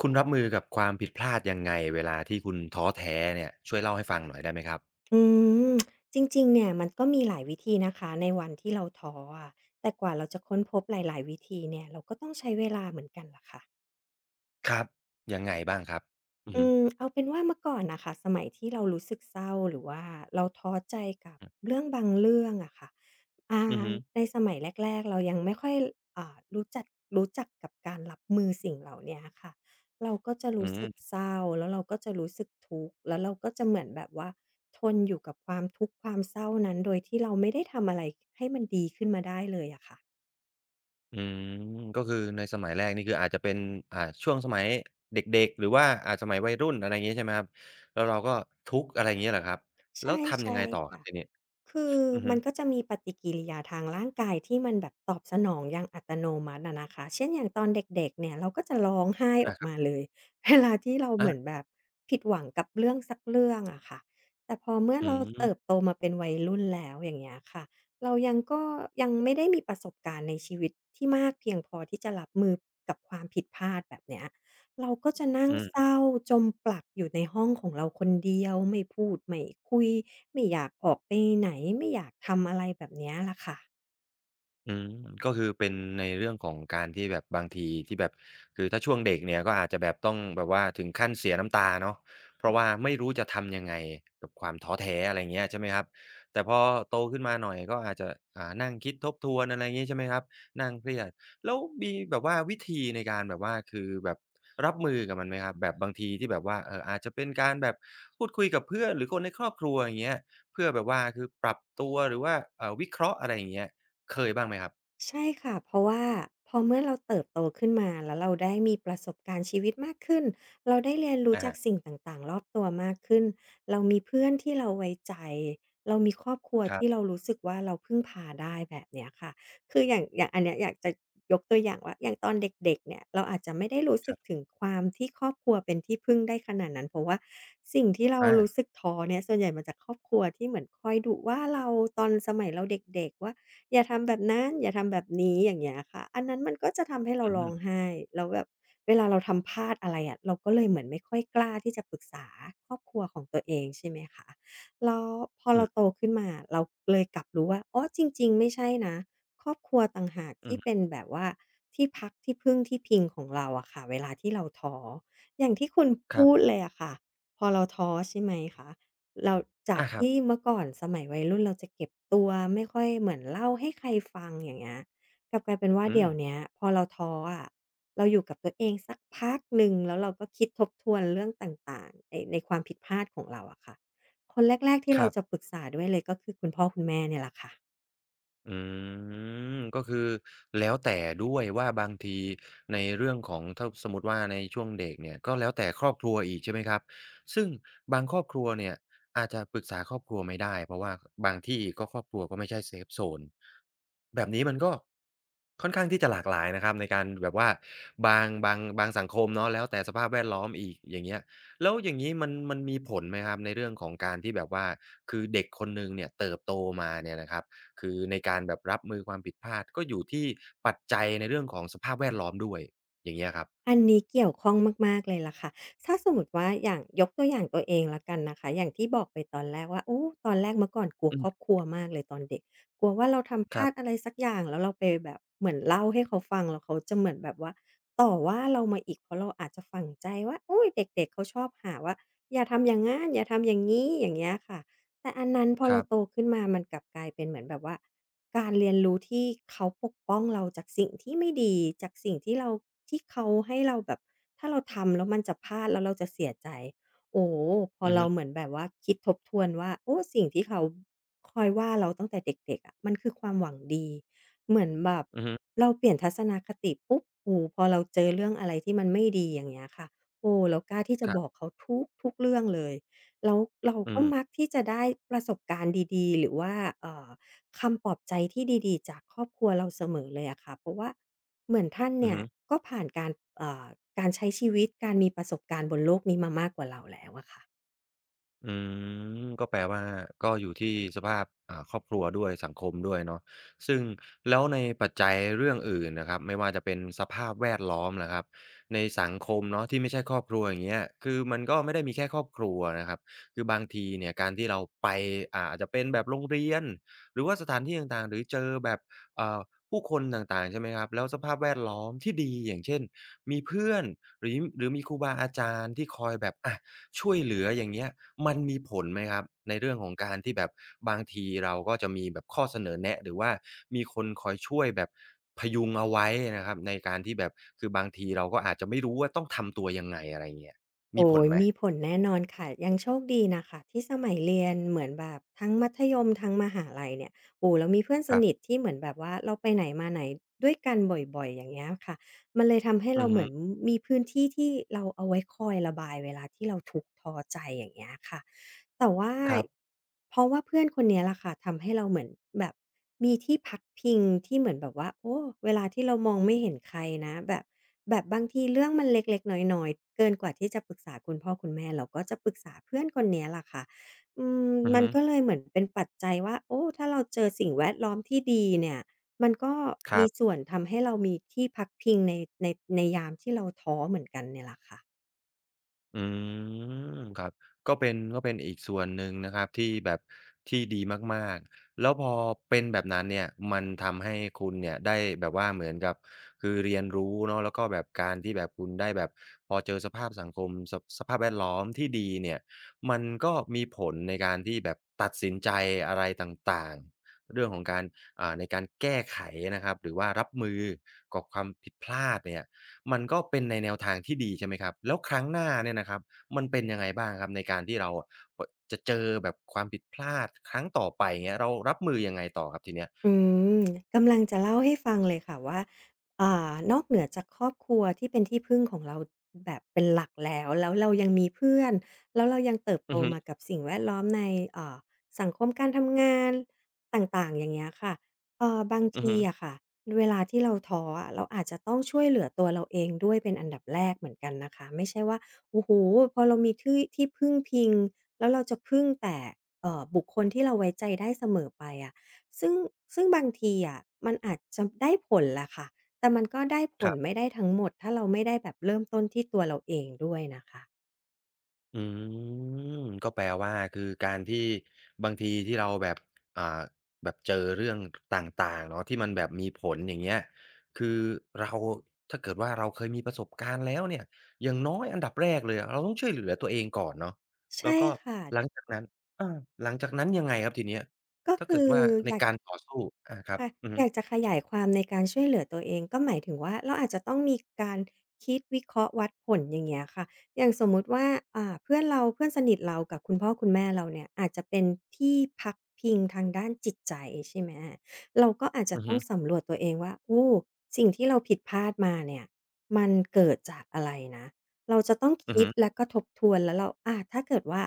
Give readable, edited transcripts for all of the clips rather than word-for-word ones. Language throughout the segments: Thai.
คุณรับมือกับความผิดพลาดยังไงเวลาที่คุณท้อแท้เนี่ยช่วยเล่าให้ฟังหน่อยได้ไหมครับอืมจริงๆ เนี่ยมันก็มีหลายวิธีนะคะในวันที่เราท้ออะแต่กว่าเราจะค้นพบหลายๆวิธีเนี่ยเราก็ต้องใช้เวลาเหมือนกันล่ะค่ะ ครับยังไงบ้างครับอืออืฮึมเอาเป็นว่าเมื่อก่อนน่ะค่ะสมัยที่เรารู้สึกเศร้าหรือว่าเราท้อใจกับเรื่องบางเรื่องอะค่ะอ่าอือฮึในสมัยแรกๆเรายังไม่ค่อยรู้จักกับการรับมือสิ่งเหล่าเนี้ยค่ะเราก็จะอืรู้สึกมเศร้าแล้วเราก็จะรู้สึกทุกข์แล้วเราก็จะเหมือนแบบว่าทนอยู่กับความทุกข์ความเศร้านั้นโดยที่เราไม่ได้ทำอะไรให้มันดีขึ้นมาได้เลยอะค่ะอืมก็คือในสมัยแรกนี่คืออาจจะเป็นช่วงสมัยเด็กๆหรือว่าสมัยวัยรุ่นอะไรงี้ใช่ไหมครับแล้วเราก็ทุกข์อะไรงี้เหรอครับแล้วใช่ทำยังใช่ไงต่อครัค่ะ บทีนี้คืออือฮึมันก็จะมีปฏิกิริยาทางร่างกายที่มันแบบตอบสนองอย่างอัตโนมัติอะนะคะเช่นอย่างตอนเด็กๆเนี่ยเราก็จะร้องไห้ออาอกครับมาเลย เวลาที่เราเหมือนอาแบบผิดหวังกับเรื่องสักเรื่องอะค่ะแต่พอเมื่ออเราเติบืโตมาเป็นวัยรุ่นแล้วอย่างเงี้ยค่ะเรายังก็ยังไม่ได้มีประสบการณ์ในชีวิตที่มากเพียงพอที่จะรับมือกับความผิดพลาดแบบเนี้ย เราก็จะนั่งเศม ร้าจมปลักอยู่ในห้องของเราคนเดียวไม่พูดไม่คุยไม่อยากออกไปไหนไม่อยากทำอะไรแบบเนี้ยล่ะค่ะ อืมก็คือเป็นในเรื่องของการที่แบบบางทีที่แบบคือถ้าช่วงเด็กเนี่ยก็อาจจะแบบต้องแบบว่าถึงขั้นเสียน้ำตาเนาะเพราะว่าไม่รู้จะทำยังไงกับความท้อแท้อะไรเงี้ยใช่ไหมครับแต่พอโตขึ้นมาหน่อยก็อาจจะนั่งคิดทบทวนอะไรงี้ใช่ไหมครับนั่งเครียดแล้วมีแบบว่าวิธีในการแบบว่าคือแบบรับมือกับมันไหมครับแบบบางทีที่แบบว่าอาจจะเป็นการแบบพูดคุยกับเพื่อนหรือคนในครอบครัวอย่างเงี้ยเพื่อแบบว่าคือปรับตัวหรือว่าวิเคราะห์อะไรอย่างเงี้ย เคยบ้างไหมครับใช่ค่ะเพราะว่าพอเมื่อเราเติบโตขึ้นมาแล้วเราได้มีประสบการณ์ชีวิตมากขึ้นเราได้เรียนรู้อะจากฮะสิ่งต่างๆรอบตัวมากขึ้นเรามีเพื่อนที่เราไว้ใจเรามีครอบครัวครัที่เรารู้สึกว่าเราพึ่งพาได้แบบเนี้ยค่ะคืออย่างอันเนี้ยอยากจะยกตัวอย่างว่าอย่างตอนเด็กๆเนี่ยเราอาจจะไม่ได้รู้บสึกถึๆงความที่ครอบครัวเป็นที่พึ่งได้ขนาดนั้นเพราะว่าสิ่งที่เราอารู้สึกท้อเนี่ยส่วนใหญ่มาจากครอบครัวที่เหมือนคอยดุว่าเราตอนสมัยเราเด็กๆว่า อย่าทำแบบนั้นอย่าทำแบบนี้อย่างเงี้ยค่ะอันนั้นมันก็จะทำให้เราอืร้องมไห้แล้วแบบเวลาเราทำพลาดอะไรอะเราก็เลยเหมือนไม่ค่อยกล้าที่จะปรึกษาครอบครัวของตัวเองใช่ไหมคะแล้วพออืเราอโตขึ้นมาเราเลยกลับรู้ว่าอ๋อจริงๆไม่ใช่นะครอบครัวต่างหากอืที่อเป็นแบบว่าที่พักที่พึ่งที่พิงของเราอะค่ะเวลาที่เราท้ออย่างที่คุณครัพูดบเลยอะค่ะพอเราท้อใช่ไหมคะ เราจากอาครัที่บเมื่อก่อนสมัยวัยรุ่นเราจะเก็บตัวไม่ค่อยเหมือนเล่าให้ใครฟังอย่างเงี้ยกลับกลายเป็นว่าอืเดี๋มยวเนี้ยพอเราท้ออะเราอยู่กับตัวเองสักพักหนึ่งแล้วเราก็คิดทบทวนเรื่องต่างๆในความผิดพลาดของเราอะค่ะคนแรกๆที่คเรารัจะบ ปรึกษาด้วยเลยก็คือคุณพ่อคุณแม่เนี่ยแหละค่ะ อืมก็คือแล้วแต่ด้วยว่าบางทีในเรื่องของถ้าสมมุติว่าในช่วงเด็กเนี่ยก็แล้วแต่ครอบครัวอีกใช่ไหมครับซึ่งบางครอบครัวเนี่ยอาจจะปรึกษาครอบครัวไม่ได้เพราะว่าบางที่ก็ครอบครัวก็ไม่ใช่เซฟโซนแบบนี้มันก็ค่อนข้างที่จะหลากหลายนะครับในการแบบว่าบางสังคมเนาะแล้วแต่สภาพแวดล้อมอีกอย่างเงี้ยแล้วอย่างงี้มันมีผลไหมครับในเรื่องของการที่แบบว่าคือเด็กคนหนึ่งเนี่ยเติบโตมาเนี่ยนะครับ คือในการแบบรับมือความผิดพลาดก็อยู่ที่ปัจจัยในเรื่องของสภาพแวดล้อมด้วยอย่างเงี้ยครับอันนี้เกี่ยวข้องมากๆเลยล่ะค่ะถ้าสมมติว่าอย่างยกตัวอย่างตัวเองแล้วกันนะคะอย่างที่บอกไปตอนแรกว่าโอ้ตอนแรกเมื่อก่อนกลัวอืครอบมครัวมากเลยตอนเด็กกลัวว่าเราทำพครัลาดอะบไรสักอย่างแล้วเราไปแบบเหมือนเล่าให้เขาฟังแล้วเขาจะเหมือนแบบว่าต่อว่าเรามาอีกเพราะเราอาจจะฝังใจว่าโอุยเด็กๆเขาชอบหาว่าอย่าทำอย่างงั้นอย่าทำอย่างนี้อย่างเงี้ยค่ะ แต่อันนั้นพอคเรารัโตบขึ้นมามันกลับกลายเป็นเหมือนแบบว่าการเรียนรู้ที่เขาปกป้องเราจากสิ่งที่ไม่ดีจากสิ่งที่เราที่เขาให้เราแบบถ้าเราทำแล้วมันจะพลาดแล้วเราจะเสียใจโอ้โฮพออือเราฮึเหมือนแบบว่าคิดทบทวนว่าโอ้สิ่งที่เขาคอยว่าเราตั้งแต่เด็กๆอะมันคือความหวังดีเหมือนแบบอือฮึเราเปลี่ยนทัศนคติปุ๊บโอ้โฮพอเราเจอเรื่องอะไรที่มันไม่ดีอย่างเงี้ยค่ะโอ้เรากล้าที่จะครับอกบเขาทุกๆเรื่องเลย แล้วเราอืก็มักมที่จะได้ประสบการณ์ดีๆหรือว่าเอ่อคำปลอบใจที่ดีๆจากครอบครัวเราเสมอเลยอะค่ะเพราะว่าเหมือนท่านอือเนี่ยฮึ ก็ผ่านการเอ่อการใช้ชีวิตการมีประสบการณ์บนโลกนี้มามากกว่าเราแล้วอะค่ะ อืมก็แปลว่าก็อยู่ที่สภาพครอบครัวด้วยสังคมด้วยเนาะซึ่งแล้วในปัจจัยเรื่องอื่นนะครับไม่ว่าจะเป็นสภาพแวดล้อมล่ะครับในสังคมเนาะที่ไม่ใช่ครอบครัวอย่างเงี้ยคือมันก็ไม่ได้มีแค่ครอบครัวนะครับคือบางทีเนี่ยการที่เราไปอาจจะเป็นแบบโรงเรียนหรือว่าสถานที่ต่างๆหรือเจอแบบเอ่อผู้คนต่างๆใช่ไหมครับแล้วสภาพแวดล้อมที่ดีอย่างเช่นมีเพื่อนหรือมีครูบาอาจารย์ที่คอยแบบอะ ช่วยเหลืออย่างเงี้ยมันมีผลไหมครับในเรื่องของการที่แบบบางทีเราก็จะมีแบบข้อเสนอแนะหรือว่ามีคนคอยช่วยแบบพยุงเอาไว้นะครับในการที่แบบคือบางทีเราก็อาจจะไม่รู้ว่าต้องทำตัวยังไงอะไรเงี้ยมีโอ้ผลยไหมมีผลแน่นอนค่ะ ยังโชคดีนะคะที่สมัยเรียนเหมือนแบบทั้งมัธยมทั้งมหาลัยเนี่ยโอ้โลเรามีเพื่อนสครับนิทที่เหมือนแบบว่าเราไปไหนมาไหนด้วยกันบ่อยๆอย่างเงี้ยค่ะมันเลยทำให้อืเราอเหฮึมือนมีพื้นที่ที่เราเอาไว้คอยระบายเวลาที่เราทุกข์ท้อใจอย่างเงี้ยค่ะ แต่ว่าครับเพราะว่าเพื่อนคนเนี้ยล่ะค่ะทำให้เราเหมือนแบบมีที่พักพิงที่เหมือนแบบว่าโอ้เวลาที่เรามองไม่เห็นใครนะแบบบางทีเรื่องมันเล็กๆน้อยๆเกินกว่าที่จะปรึกษาคุณพ่อคุณแม่เราก็จะปรึกษาเพื่อนคนเนี้ยล่ะค่ะอือือมันฮึก็เลยเหมือนเป็นปัจจัยว่าโอ้ถ้าเราเจอสิ่งแวดล้อมที่ดีเนี่ยมันก็ครัมีส่บ วนทำให้เรามีที่พักพิงในในในยามที่เราท้อเหมือนกันเนี่ยล่ะค่ะ อืมครับก็เป็นอีกส่วนหนึ่งนะครับที่แบบที่ดีมากๆแล้วพอเป็นแบบนั้นเนี่ยมันทำให้คุณเนี่ยได้แบบว่าเหมือนกับคือเรียนรู้เนาะแล้วก็แบบการที่แบบคุณได้แบบพอเจอสภาพสังคมสสภาพแวดล้อมที่ดีเนี่ยมันก็มีผลในการที่แบบตัดสินใจอะไรต่างๆเรื่องของการในการแก้ไขนะครับหรือว่ารับมือกับความผิดพลาดเนี่ย มันก็เป็นในแนวทางที่ดีใช่ไหมครับแล้วครั้งหน้าเนี่ยนะครับมันเป็นยังไงบ้างครับในการที่เราอะปจะเจอแบบความผิดพลาดครั้งต่อไปเงี้ยเรารับมือยังไงต่อครับทีเนี้ยอืมกำลังจะเล่าให้ฟังเลยค่ะว่านอกเหนือจากครอบครัวที่เป็นที่พึ่งของเราแบบเป็นหลักแล้วแล้วเรายังมีเพื่อนแล้วเรายังเติบโตอือฮึมากับสิ่งแวดล้อมในอ่าสังคมการทำงานต่างๆอย่างเงี้ยค่ะบางทีอะค่ะเวลาที่เราท้ออะเราอาจจะต้องช่วยเหลือตัวเราเองด้วยเป็นอันดับแรกเหมือนกันนะคะไม่ใช่ว่าโอ้โฮพอเรามีที่ที่พึ่งพิงแล้วเราจะพึ่งแต่บุคคลที่เราไว้ใจได้เสมอไปอะ ซึ่งซึ่งบางทีอะมันอาจจะได้ผลแหละค่ะแต่มันก็ได้ผๆคลรับ ไม่ได้ทั้งหมดถ้าเราไม่ได้แบบเริ่มต้นที่ตัวเราเองด้วยนะคะอืมก็แปลว่าคือการที่บางทีที่เราแบบอ่าแบบเจอเรื่องต่างๆเนาะที่มันแบบมีผลอย่างเงี้ยคือเราถ้าเกิดว่าเราเคยมีประสบการณ์แล้วเนี่ยอย่างน้อยอันดับแรกเลยอะเราต้องช่วยเหลือตัวเองก่อนเนาะแล้วใช่ก็ค่ะหลังจากนั้นอาหลังจากนั้นยังไงครับทีเนี้ยก็ถ้าเกิคืดอว่าในอยาก การต่อสู้อาครับค่ะอือฮึอยากจะขยายความในการช่วยเหลือตัวเองก็หมายถึงว่าเราอาจจะต้องมีการคิดวิเคราะห์วัดผลอย่างเงี้ยค่ะอย่างสมมุติว่าเพื่อนเราเพื่อนสนิทเรากับคุณพ่อคุณแม่เราเนี่ยอาจจะเป็นที่พักพิงทางด้านจิตใจใช่ไหมเราก็อาจจะอือต้อฮึงสำรวจตัวเองว่าโอ้สิ่งที่เราผิดพลาดมาเนี่ยมันเกิดจากอะไรนะเราจะต้องอือคิฮึดแล้วก็ทบทวนแล้วเราอาถ้าเกิดว่า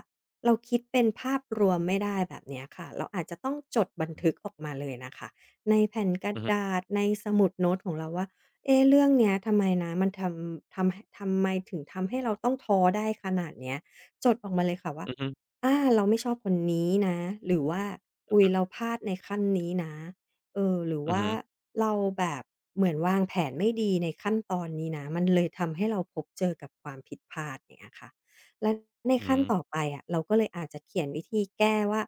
เราคิดเป็นภาพรวมไม่ได้แบบเนี้ยค่ะเราอาจจะต้องจดบันทึกออกมาเลยนะคะ ในแผ่นกระอือฮึดาษในสมุดโน้ตของเราว่าเอ๊เรื่องเนี้ยทำไมนะมันทำไมถึงทำให้เราต้องท้อได้ขนาดเนี้ยจดออกมาเลยค่ะว่าอือฮึอาเราไม่ชอบคนนี้นะหรือว่าอุ๊ยเราพลาดในขั้นนี้นะเออหรืออือว่าฮึเราแบบเหมือนวางแผนไม่ดีในขั้นตอนนี้นะมันเลยทำให้เราพบเจอกับความผิดพลาดอย่างเงี้ยค่ะและในอืขั้นต่อมไปอะเราก็เลยอาจจะเขียนวิธีแก้ว่า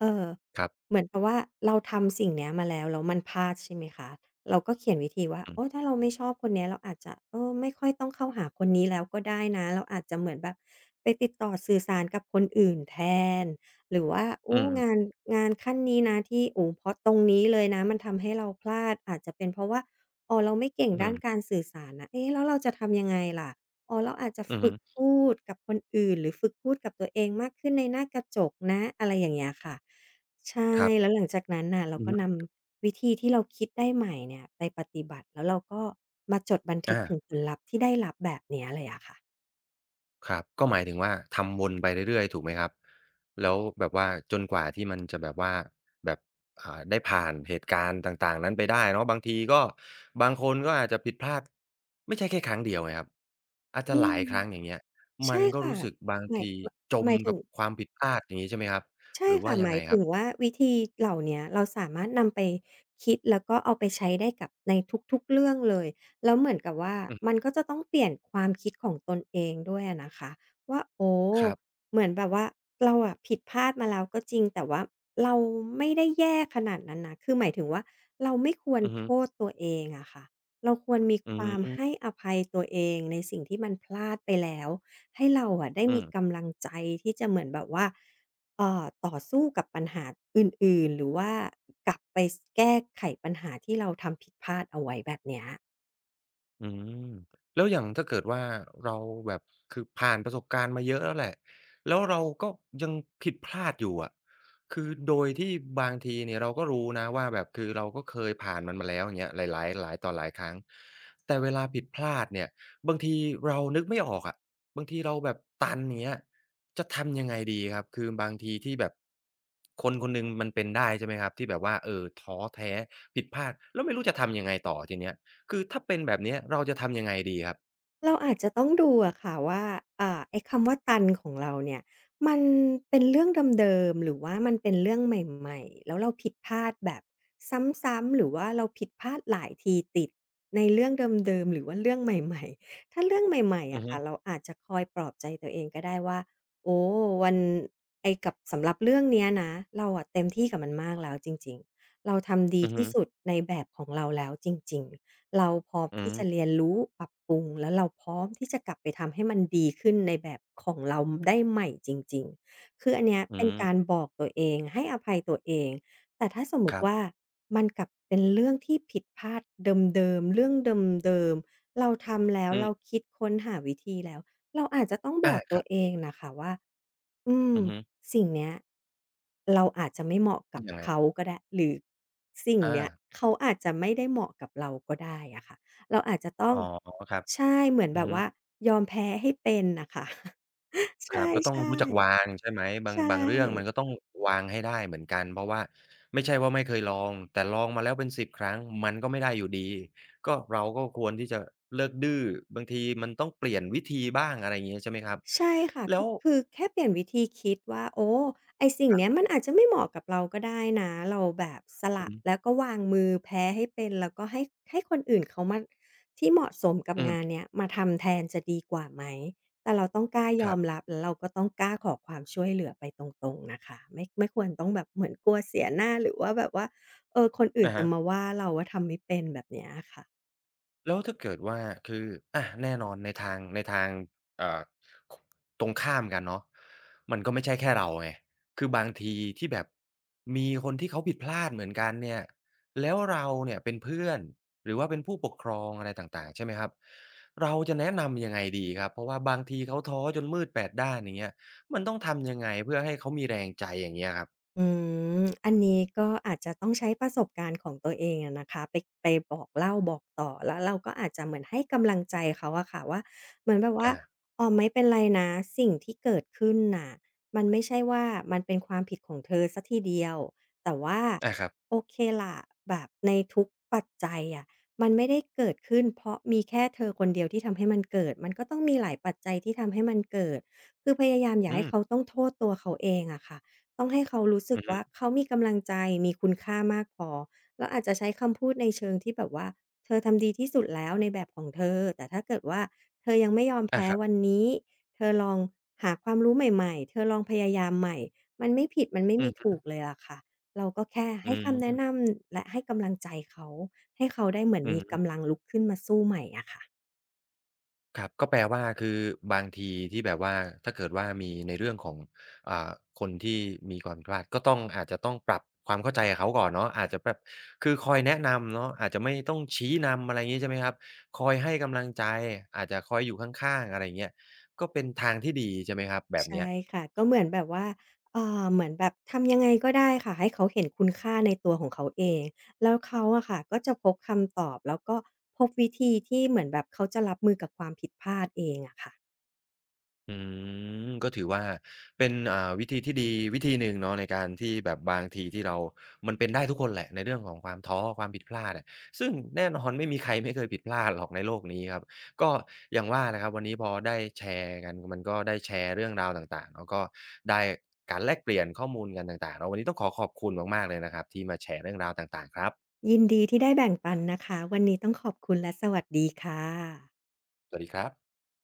เอ่อ ครับเหมือนกับว่าเราทำสิ่งเนี้ยมาแล้วแล้วมันพลาดใช่ไหมคะเราก็เขียนวิธีว่าอืมโอ้ถ้าเราไม่ชอบคนเนี้ยเราอาจจะเออไม่ค่อยต้องเข้าหาคนนี้แล้วก็ได้นะเราอาจจะเหมือนแบบไปติดต่อสื่อสารกับคนอื่นแทนหรือว่าอืโอ้มงานขั้นนี้นะที่โอ้เพราะตรงนี้เลยนะมันทำให้เราพลาดอาจจะเป็นเพราะว่าอ๋อเราไม่เก่งอืด้านกามรสื่อสารนะเอ๊ะแล้วเราจะทำยังไงล่ะอ๋อเราอาจจะอือฝึฮึกพูดกับคนอื่นหรือฝึกพูดกับตัวเองมากขึ้นในหน้ากระจกนะอะไรอย่างเงี้ยค่ะ ใช่ครัแล้วบหลังจากนั้นน่ะเราอือก็ฮึนำวิธีที่เราคิดได้ใหม่เนี่ยไปปฏิบัติแล้วเราก็มาจดบันทึกอา ถึงผลลัพธ์ที่ได้รับแบบเนี้ยเลยอะค่ะครับก็หมายถึงว่าทำวนไปเรื่อยๆถูกไหมครับแล้วแบบว่าจนกว่าที่มันจะแบบว่าแบบได้ผ่านเหตุการณ์ต่างๆนั้นไปได้เนาะบางทีก็บางคนก็อาจจะผิดพลาดไม่ใช่แค่ครั้งเดียวไงครับอาจอืจะหมลายครั้งอย่างเงี้ยมัใช่นก็ค่ะรู้สึกบางหมายทีหมายจหมมายถึกัง บความผิดพลาดอย่างงี้ใช่ไหมครับใช่หรือว่าค่ะยัหงมาไงยคถึรับงว่าวิธีเหล่าเนี้ยเราสามารถนำไปคิดแล้วก็เอาไปใช้ได้กับในทุกๆเรื่องเลยแล้วเหมือนกับว่าอือมันก็จะต้องเปลี่ยนความคิดของตนเองด้วยอะนะคะว่าโอ้ครับเหมือนแบบว่าเราอะผิดพลาดมาแล้วก็จริงแต่ว่าเราไม่ได้แย่ขนาดนั้นนะคือหมายถึงว่าเราไม่ควรอือฮึโทษตัวเองอะค่ะเราควรมีอืความให้มอภัยตัวเองในสิ่งที่มันพลาดไปแล้วให้เราอะได้อืมีม กำลังใจที่จะเหมือนแบบว่า ต่อสู้กับปัญหาอื่นๆ หรือว่ากลับไปแก้ไขปัญหาที่เราทำผิดพลาดเอาไว้แบบเนี้ย อืมแล้วอย่างถ้าเกิดว่าเราแบบคือผ่านประสบการณ์มาเยอะแล้วแหละแล้วเราก็ยังผิดพลาดอยู่อะคือโดยที่บางทีเนี่ยเราก็รู้นะว่าแบบคือเราก็เคยผ่านมันมาแล้วอย่างเงี้ยหลายต่อหลายครั้งแต่เวลาผิดพลาดเนี่ยบางทีเรานึกไม่ออกอะบางทีเราแบบตันอย่างเงี้ยจะทำยังไงดีครับคือบางทีที่แบบคนคนหนึ่งมันเป็นได้ใช่ไหมครับที่แบบว่าท้อแท้ผิดพลาดแล้วไม่รู้จะทำยังไงต่อทีเนี้ย คือถ้าเป็นแบบเนี้ยเราจะทำยังไงดีครับเราอาจจะต้องดูอะค่ะว่าไอ้คำว่าตันของเราเนี่ยมันเป็นเรื่องเดิมๆหรือว่ามันเป็นเรื่องใหม่ๆแล้วเราผิดพลาดแบบซ้ำๆหรือว่าเราผิดพลาดหลายทีติดในเรื่องเดิมๆหรือว่าเรื่องใหม่ๆถ้าเรื่องใหม่ๆอืออะฮึค่ะเราอาจจะคอยปลอบใจตัวเองก็ได้ว่าโอ้วันไอ้กับสำหรับเรื่องเนี้ยนะเราอะเต็มที่กับมันมากแล้วจริงๆเราทำดีอือฮึที่สุดในแบบของเราแล้วจริงๆ เราพร้อมอืที่จะเรียมนรู้ปรับปรุงแล้วเราพร้อมที่จะกลับไปทำให้มันดีขึ้นในแบบของเราได้ใหม่จริงๆคืออันเนี้ยอืเป็นการมบอกตัวเองให้อภัยตัวเอง แต่ถ้าสมมุคติรัว่าบมันกลับเป็นเรื่องที่ผิดพลาดเดิมๆเรื่องเดิมๆเราทำแล้วอืมเราคิดค้นหาวิธีแล้วเราอาจจะต้องบอาอกคตัวรับเองน่ะค่ะว่าอืม อือฮึสิ่งเนี้ยเราอาจจะไม่เหมาะกับยังไงเขาก็ได้หรือสิ่งอาเนี้ยเขาอาจจะไม่ได้เหมาะกับเราก็ได้อะค่ะเราอาจจะต้ออ๋งอครับใช่เหมือนอืแบอบฮึว่ายอมแพ้ให้เป็นน่ะค่ะ ใชครับก็ต้อง่รู้จักวางใช่ไหมๆบางใช่ บางเรื่องมันก็ต้องวางให้ได้เหมือนกัน เพราะว่าไม่ใช่ว่าไม่เคยลอง แต่ลองมาแล้วเป็น10ครั้งมันก็ไม่ได้อยู่ดีก็เราก็ควรที่จะเลิกดื้อบางทีมันต้องเปลี่ยนวิธีบ้างอะไรอย่างงี้ใช่ไหมครับ ใช่ค่ะแล้ก็วคือแค่เปลี่ยนวิธีคิดว่าโอ้ไอ้สิ่งครัเนี้ยบมันอาจจะไม่เหมาะกับเราก็ได้นะเราแบบสอืละอฮึแล้วก็วางมือแพ้ให้เป็นแล้วก็ให้ให้คนอื่นเขามาที่เหมาะสมกับอืงานมเนี้ยมาทำแทนจะดีกว่าไหมแต่เราต้องกล้ายคอรัมบรับแล้วเราก็ต้องกล้าขอความช่วยเหลือไปตรงๆนะคะไม่ควรต้องแบบเหมือนกลัวเสียหน้าหรือว่าแบบว่าเออคนอื่นอะจะฮะ มาว่าเราว่าทำไม่เป็นแบบเนี้ยอะค่ะ แล้วถ้าเกิดว่าคืออะแน่นอนในทางเอ่อคตรงข้ามกันเนาะมันก็ไม่ใช่แค่เราไงคือบางทีที่แบบมีคนที่เขาผิดพลาดเหมือนกันเนี่ยแล้วเราเนี่ยเป็นเพื่อนหรือว่าเป็นผู้ปกครองอะไรต่างๆใช่ไหมครับเราจะแนะนำยังไงดีครับเพราะว่าบางทีเขาท้อจนมืดแปดด้านอย่างเงี้ยมันต้องทำยังไงเพื่อให้เขามีแรงใจอย่างเงี้ยครับอืมอันนี้ก็อาจจะต้องใช้ประสบการณ์ของตัวเองอะนะคะไปบอกเล่าบอกต่อแล้วเราก็อาจจะเหมือนให้กำลังใจเขาอะค่ะว่าเหมือนแบบว่าอาอ๋อไม่เป็นไรนะสิ่งที่เกิดขึ้นน่ะมันไม่ใช่ว่ามันเป็นความผิดของเธอเสียทีเดียวแต่ว่าอาครับโอเคล่ะแบบในทุกปัจจัยอะมันไม่ได้เกิดขึ้นเพราะมีแค่เธอคนเดียวที่ทำให้มันเกิดมันก็ต้องมีหลายปัจจัยที่ทำให้มันเกิดคือพยายามอย่าอืให้มเขาต้องโทษตัวเขาเองอะค่ะ ต้องให้เขารู้สึอืกอว่าฮึเขามีกำลังใจมีคุณค่ามากพอแล้วอาจจะใช้คำพูดในเชิงที่แบบว่าเธอทำดีที่สุดแล้วในแบบของเธอแต่ถ้าเกิดว่าเธอยังไม่ยอมอาแพ้ครัวันบนี้เธอลองหาความรู้ใหม่ๆเธอลองพยายามใหม่มันไม่ผิดมันไม่อืมีอฮึถูกเลยอะค่ะเราก็แค่อืให้มคำแนะนำและให้กำลังใจเขาให้เขาได้เหมือนอืมีม กำลังลุกขึ้นมาสู้ใหม่อะค่ะ ครับก็แปลว่าคือบางทีที่แบบว่าถ้าเกิดว่ามีในเรื่องของอ่าคนที่มีความผิดพลาดก็ต้องอาจจะต้องปรับความเข้าใจกับเขาก่อนเนาะอาจจะแบบคือคอยแนะนำเนาะอาจจะไม่ต้องชี้นำอะไรอย่างงี้ใช่ไหมครับคอยให้กำลังใจอาจจะคอยอยู่ข้างๆอะไรอย่างเงี้ยก็เป็นทางที่ดีใช่ไหมครับแบบเนี้ใช่ย ค่ะก็เหมือนแบบว่าเหมือนแบบทำยังไงก็ได้ค่ะให้เขาเห็นคุณค่าในตัวของเขาเองแล้วเขาอะค่ะก็จะพบคำตอบแล้วก็พบวิธีที่เหมือนแบบเขาจะรับมือกับความผิดพลาดเองอะค่ะอืมก็ถือว่าเป็นวิธีที่ดีวิธีหนึ่งเนาะในการที่แบบบางทีที่เรามันเป็นได้ทุกคนแหละในเรื่องของความท้อความผิดพลาดอะซึ่งแน่นอนไม่มีใครไม่เคยผิดพลาดหรอกในโลกนี้ครับก็อย่างว่านะครับวันนี้พอได้แชร์กันมันก็ได้แชร์เรื่องราวต่างๆเนาะก็ได้การแลกเปลี่ยนข้อมูลกันต่างๆเนาะวันนี้ต้องขอบคุณมากๆเลยนะครับที่มาแชร์เรื่องราวต่างๆครับยินดีที่ได้แบ่งปันนะคะวันนี้ต้องขอบคุณและสวัสดีค่ะสวัสดีครับ